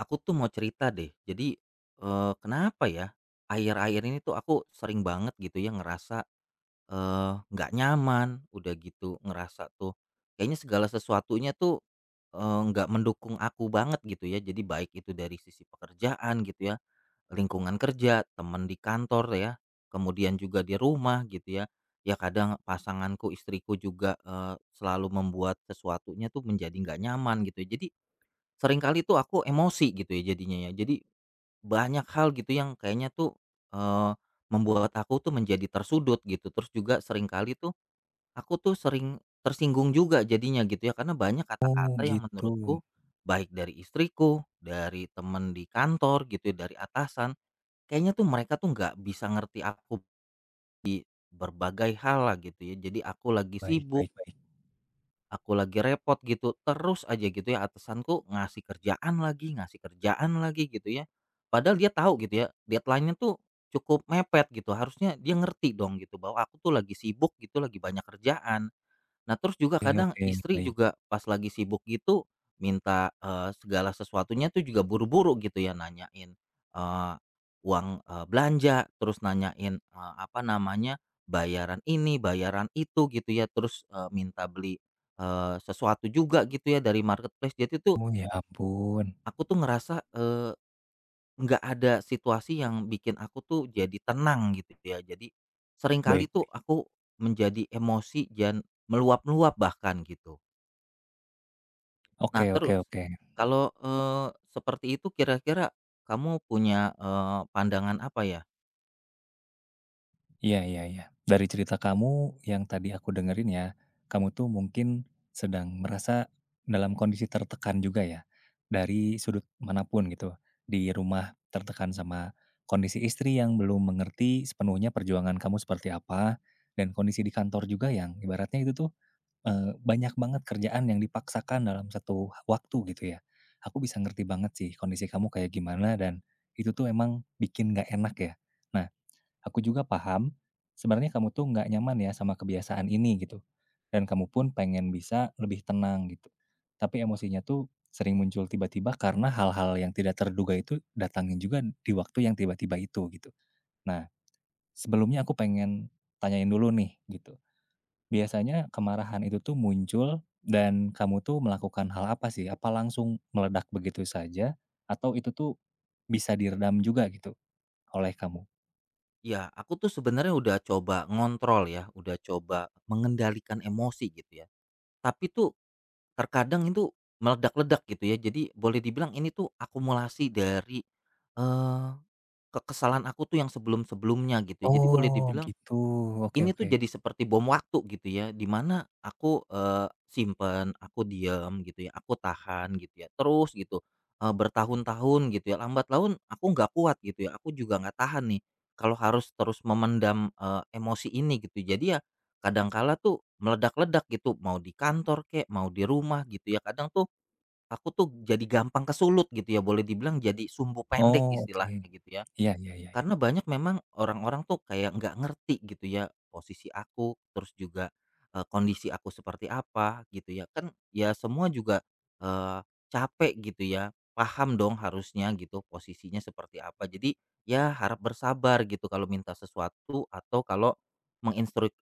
Aku tuh mau cerita deh. Jadi, kenapa ya, akhir-akhir ini tuh aku sering banget gitu ya ngerasa, nggak nyaman, udah gitu ngerasa tuh kayaknya segala sesuatunya tuh, nggak mendukung aku banget gitu ya. Jadi baik itu dari sisi pekerjaan gitu ya, lingkungan kerja, teman di kantor ya, kemudian juga di rumah gitu ya. Ya kadang pasanganku, istriku juga, selalu membuat sesuatunya tuh menjadi nggak nyaman gitu ya. Jadi seringkali tuh aku emosi gitu ya jadinya ya. Jadi banyak hal gitu yang kayaknya tuh, eee, membuat aku tuh menjadi tersudut gitu. Terus juga seringkali tuh aku tuh sering tersinggung juga jadinya gitu ya, karena banyak Oh kata-kata yang gitu. menurutku baik dari istriku, dari temen di kantor gitu ya, dari atasan, kayaknya tuh mereka tuh nggak bisa ngerti aku berbagai hal lah gitu ya. Jadi aku lagi Baik, sibuk. baik, baik. Aku lagi repot gitu, terus aja gitu ya atasanku ngasih kerjaan lagi gitu ya. Padahal dia tahu gitu ya, deadline-nya tuh cukup mepet gitu, harusnya dia ngerti dong gitu bahwa aku tuh lagi sibuk gitu, lagi banyak kerjaan. Nah, terus juga Oke, kadang oke, istri baik. juga pas lagi sibuk gitu minta, segala sesuatunya tuh juga buru-buru gitu ya, nanyain, eee, uang, belanja, terus nanyain, apa namanya, bayaran ini, bayaran itu gitu ya, terus, minta beli, sesuatu juga gitu ya dari marketplace. Jadi tuh Oh ya ampun. aku tuh ngerasa, nggak ada situasi yang bikin aku tuh jadi tenang gitu ya. Jadi Baik. seringkali tuh aku menjadi emosi dan meluap-luap bahkan gitu. Nah Oke, oke, terus, oke. kalau, seperti itu kira-kira kamu punya, pandangan apa ya? Iya, iya, iya. Dari cerita kamu yang tadi aku dengerin ya, kamu tuh mungkin sedang merasa dalam kondisi tertekan juga ya, dari sudut manapun gitu. Di rumah tertekan sama kondisi istri yang belum mengerti sepenuhnya perjuangan kamu seperti apa, dan kondisi di kantor juga yang ibaratnya itu tuh banyak banget kerjaan yang dipaksakan dalam satu waktu gitu ya. Aku bisa ngerti banget sih kondisi kamu kayak gimana dan itu tuh emang bikin nggak enak ya. Nah, aku juga paham sebenarnya kamu tuh nggak nyaman ya sama kebiasaan ini gitu, dan kamu pun pengen bisa lebih tenang gitu. Tapi emosinya tuh sering muncul tiba-tiba karena hal-hal yang tidak terduga itu datangin juga di waktu yang tiba-tiba itu gitu. Nah, sebelumnya aku pengen tanyain dulu nih gitu, biasanya kemarahan itu tuh muncul dan kamu tuh melakukan hal apa sih? Apa langsung meledak begitu saja atau itu tuh bisa diredam juga gitu oleh kamu? Ya aku tuh sebenarnya udah coba ngontrol ya, udah coba mengendalikan emosi gitu ya, tapi tuh terkadang itu meledak-ledak gitu ya. Jadi boleh dibilang ini tuh akumulasi dari, eee, kekesalan aku tuh yang sebelum-sebelumnya gitu ya. Jadi boleh Oh dibilang gitu, oke ini tuh oke. jadi seperti bom waktu gitu ya, di mana aku, simpen, aku diam gitu ya, aku tahan gitu ya, terus gitu, bertahun-tahun gitu ya, lambat laun aku nggak kuat gitu ya, aku juga nggak tahan nih kalau harus terus memendam, emosi ini gitu. Jadi ya kadang kala tuh meledak-ledak gitu, mau di kantor kek, mau di rumah gitu ya, kadang tuh aku tuh jadi gampang kesulut gitu ya, boleh dibilang jadi sumbu pendek Oh oke. istilahnya gitu ya. Iya, iya, iya, iya. Karena banyak memang orang-orang tuh kayak nggak ngerti gitu ya posisi aku, terus juga, kondisi aku seperti apa gitu ya. Kan ya semua juga, capek gitu ya, paham dong harusnya gitu posisinya seperti apa. Jadi ya harap bersabar gitu kalau minta sesuatu atau kalau menginstruksikan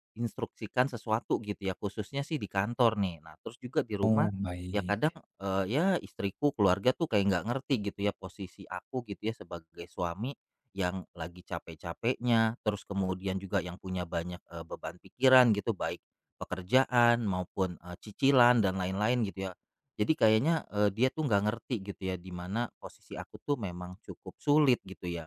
sesuatu gitu ya, khususnya sih di kantor nih. Nah terus juga di rumah Oh ya kadang, baik. Ya istriku, keluarga tuh kayak nggak ngerti gitu ya posisi aku gitu ya sebagai suami yang lagi capek-capeknya, terus kemudian juga yang punya banyak, beban pikiran gitu, baik pekerjaan maupun, cicilan dan lain-lain gitu ya. Jadi kayaknya, dia tuh nggak ngerti gitu ya, di mana posisi aku tuh memang cukup sulit gitu ya.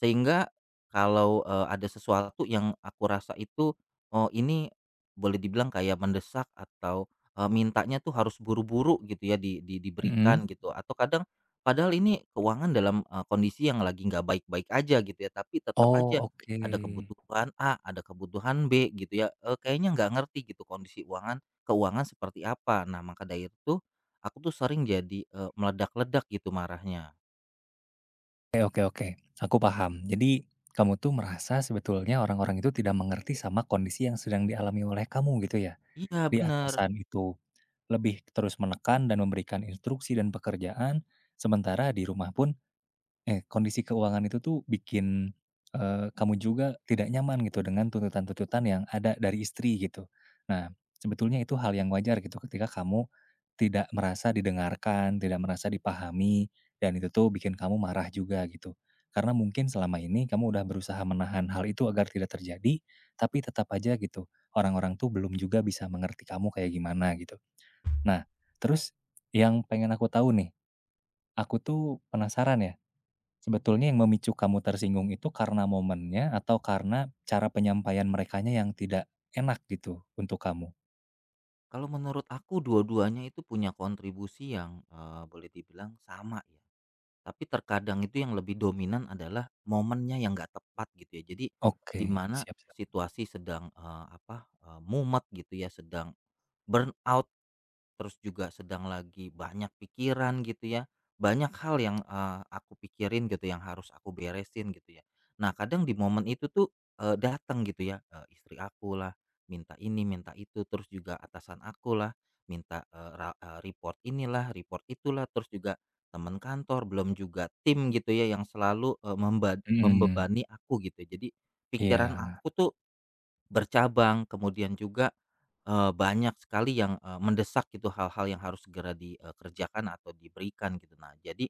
Sehingga kalau, ada sesuatu yang aku rasa itu, oh ini boleh dibilang kayak mendesak atau, mintanya tuh harus buru-buru gitu ya di Mhm. diberikan Mhm. gitu atau kadang padahal ini keuangan dalam, kondisi yang lagi nggak baik-baik aja gitu ya tapi tetap Oh aja oke. ada kebutuhan A, ada kebutuhan B gitu ya, kayaknya nggak ngerti gitu kondisi keuangan keuangan seperti apa. Nah maka dari itu, aku tuh sering jadi, meledak-ledak gitu marahnya. Oke, oke, oke, aku paham. Jadi kamu tuh merasa sebetulnya orang-orang itu tidak mengerti sama kondisi yang sedang dialami oleh kamu gitu ya, Iya di bener. atasan itu. Lebih terus menekan dan memberikan instruksi dan pekerjaan, sementara di rumah pun eh, kondisi keuangan itu tuh bikin, kamu juga tidak nyaman gitu dengan tuntutan-tuntutan yang ada dari istri gitu. Nah, sebetulnya itu hal yang wajar gitu ketika kamu tidak merasa didengarkan, tidak merasa dipahami, dan itu tuh bikin kamu marah juga gitu. Karena mungkin selama ini kamu udah berusaha menahan hal itu agar tidak terjadi, tapi tetap aja gitu, orang-orang tuh belum juga bisa mengerti kamu kayak gimana gitu. Nah, terus yang pengen aku tahu nih, aku tuh penasaran ya, sebetulnya yang memicu kamu tersinggung itu karena momennya atau karena cara penyampaian merekanya yang tidak enak gitu untuk kamu? Kalau menurut aku dua-duanya itu punya kontribusi yang, boleh dibilang sama ya, tapi terkadang itu yang lebih dominan adalah momennya yang nggak tepat gitu ya. Jadi Oke, di mana siap, siap. situasi sedang, mumet gitu ya, sedang burnout, terus juga sedang lagi banyak pikiran gitu ya, banyak hal yang, aku pikirin gitu yang harus aku beresin gitu ya. Nah kadang di momen itu tuh, datang gitu ya, istri aku lah minta ini, minta itu, terus juga atasan aku lah minta, report inilah, report itulah, terus juga teman kantor, belum juga tim gitu ya yang selalu, eee, memba Mhm, membebani aku gitu. Jadi pikiran iya, aku tuh bercabang, kemudian juga, banyak sekali yang, mendesak gitu hal-hal yang harus segera dikerjakan atau diberikan gitu. Nah, jadi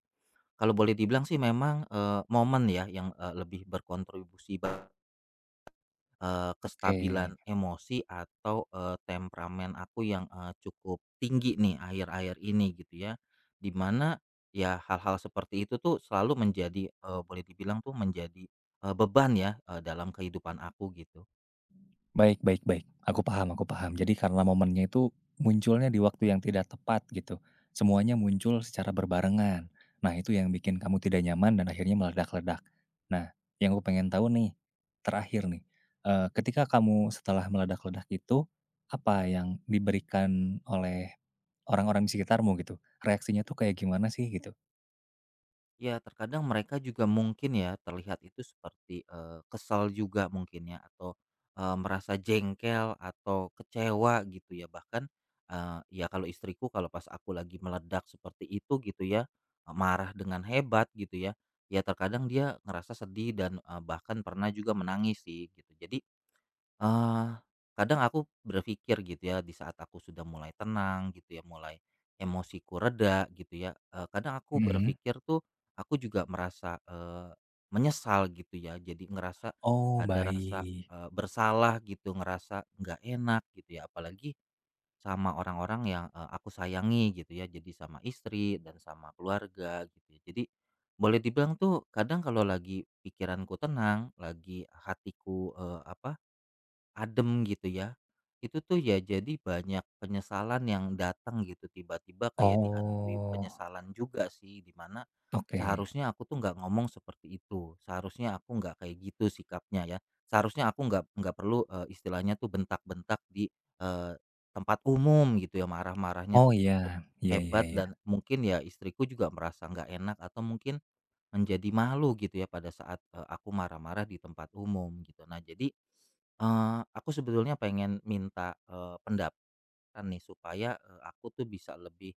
kalau boleh dibilang sih memang, momen ya yang, lebih berkontribusi kestabilan oke. emosi atau, temperamen aku yang, cukup tinggi nih akhir-akhir ini gitu ya. Di mana ya hal-hal seperti itu tuh selalu menjadi, boleh dibilang tuh menjadi, beban ya, dalam kehidupan aku gitu. Baik, baik, baik. Aku paham, aku paham. Jadi karena momennya itu munculnya di waktu yang tidak tepat gitu. Semuanya muncul secara berbarengan. Nah, itu yang bikin kamu tidak nyaman dan akhirnya meledak-ledak. Nah, yang aku pengen tahu nih, terakhir nih, ketika kamu setelah meledak-ledak itu, apa yang diberikan oleh orang-orang di sekitarmu gitu? Reaksinya tuh kayak gimana sih gitu? Ya terkadang mereka juga mungkin ya terlihat itu seperti, kesal juga mungkin ya atau, merasa jengkel atau kecewa gitu ya bahkan, ya kalau istriku kalau pas aku lagi meledak seperti itu gitu ya, marah dengan hebat gitu ya, ya terkadang dia ngerasa sedih dan, bahkan pernah juga menangis sih gitu jadi, Eee, kadang aku berpikir gitu ya, di saat aku sudah mulai tenang gitu ya, mulai emosiku reda gitu ya, kadang aku Mhm. berpikir tuh, aku juga merasa, menyesal gitu ya. Jadi ngerasa Oh, ada rasa, baik. Bersalah gitu, ngerasa nggak enak gitu ya, apalagi sama orang-orang yang, aku sayangi gitu ya, jadi sama istri dan sama keluarga gitu ya. Jadi boleh dibilang tuh kadang kalau lagi pikiranku tenang, lagi hatiku, eee, apa adem gitu ya. Itu tuh ya jadi banyak penyesalan yang datang gitu tiba-tiba kayak dihantui Oh, penyesalan juga sih di mana oke. seharusnya aku tuh nggak ngomong seperti itu. Seharusnya aku nggak kayak gitu sikapnya ya. Seharusnya aku nggak perlu istilahnya tuh bentak-bentak di eh, tempat umum gitu ya marah-marahnya Oh, tuh iya. cukup Iya, iya, hebat iya. dan mungkin ya istriku juga merasa nggak enak atau mungkin menjadi malu gitu ya pada saat, aku marah-marah di tempat umum gitu. Nah jadi, aku sebetulnya pengen minta, pendapatan nih supaya, aku tuh bisa lebih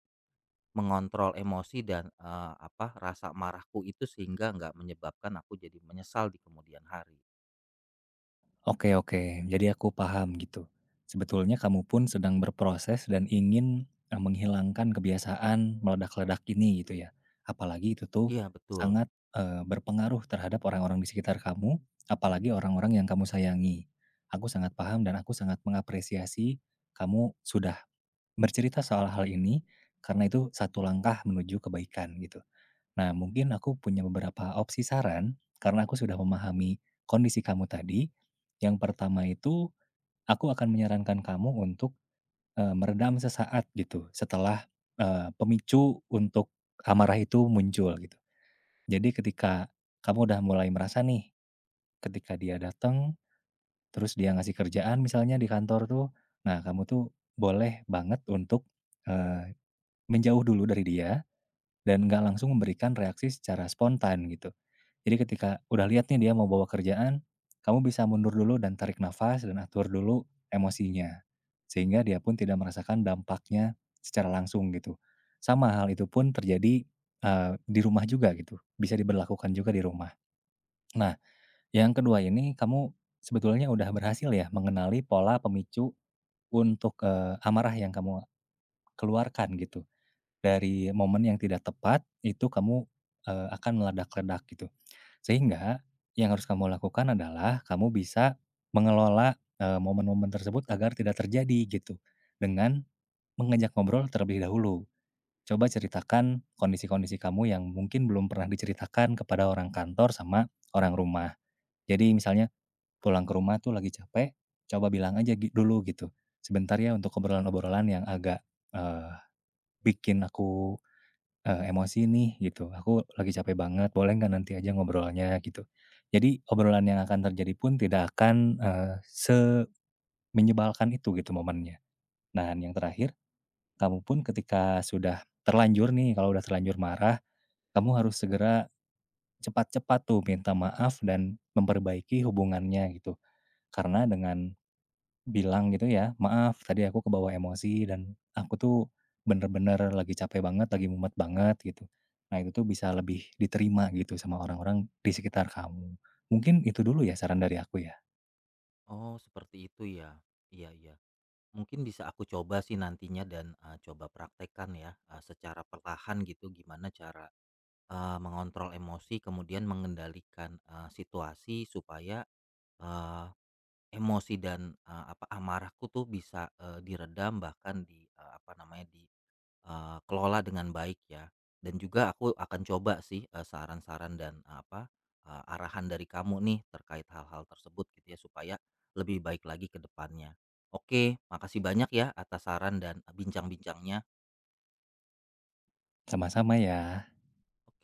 mengontrol emosi dan, rasa marahku itu sehingga nggak menyebabkan aku jadi menyesal di kemudian hari. Oke oke, jadi aku paham gitu. Sebetulnya kamu pun sedang berproses dan ingin, menghilangkan kebiasaan meledak-ledak ini gitu ya. Apalagi itu tuh Iya betul. sangat, berpengaruh terhadap orang-orang di sekitar kamu, apalagi orang-orang yang kamu sayangi. Aku sangat paham dan aku sangat mengapresiasi kamu sudah bercerita soal hal ini, karena itu satu langkah menuju kebaikan gitu. Nah, mungkin aku punya beberapa opsi saran, karena aku sudah memahami kondisi kamu tadi. Yang pertama itu, aku akan menyarankan kamu untuk eh, meredam sesaat gitu, setelah eh, pemicu untuk amarah itu muncul gitu. Jadi ketika kamu udah mulai merasa nih, ketika dia datang, terus dia ngasih kerjaan misalnya di kantor tuh, nah kamu tuh boleh banget untuk eh, menjauh dulu dari dia, dan nggak langsung memberikan reaksi secara spontan gitu. Jadi ketika udah lihat nih dia mau bawa kerjaan, kamu bisa mundur dulu dan tarik nafas dan atur dulu emosinya. Sehingga dia pun tidak merasakan dampaknya secara langsung gitu. Sama hal itu pun terjadi, di rumah juga gitu, bisa diberlakukan juga di rumah. Nah, yang kedua ini kamu sebetulnya udah berhasil ya mengenali pola pemicu untuk, amarah yang kamu keluarkan gitu. Dari momen yang tidak tepat itu kamu, akan meledak-ledak gitu. Sehingga yang harus kamu lakukan adalah kamu bisa mengelola, momen-momen tersebut agar tidak terjadi gitu, dengan mengajak ngobrol terlebih dahulu. Coba ceritakan kondisi-kondisi kamu yang mungkin belum pernah diceritakan kepada orang kantor sama orang rumah. Jadi misalnya pulang ke rumah tuh lagi capek, coba bilang aja gi dulu gitu, "Sebentar ya untuk obrolan-obrolan yang agak, eee, bikin aku emosi nih gitu, aku lagi capek banget, boleh nggak nanti aja ngobrolnya gitu." Jadi obrolan yang akan terjadi pun tidak akan, semenyebalkan itu gitu momennya. Nah, yang terakhir, kamu pun ketika sudah terlanjur nih, kalau udah terlanjur marah, kamu harus segera cepat-cepat tuh minta maaf dan memperbaiki hubungannya gitu. Karena dengan bilang gitu ya, "Maaf tadi aku kebawa emosi dan aku tuh bener-bener lagi capek banget, lagi mumet banget," gitu. Nah itu tuh bisa lebih diterima gitu sama orang-orang di sekitar kamu. Mungkin itu dulu ya saran dari aku ya. Oh seperti itu ya? Iya iya. Mungkin bisa aku coba sih nantinya dan, coba praktekkan ya, secara perlahan gitu gimana cara mengontrol emosi kemudian mengendalikan, situasi supaya, eee, emosi dan, amarahku tuh bisa, diredam bahkan di, dikelola dengan baik ya. Dan juga aku akan coba sih, saran-saran dan, arahan dari kamu nih terkait hal-hal tersebut gitu ya supaya lebih baik lagi ke depannya. Oke, makasih banyak ya atas saran dan, bincang-bincangnya. Sama-sama ya. Oke.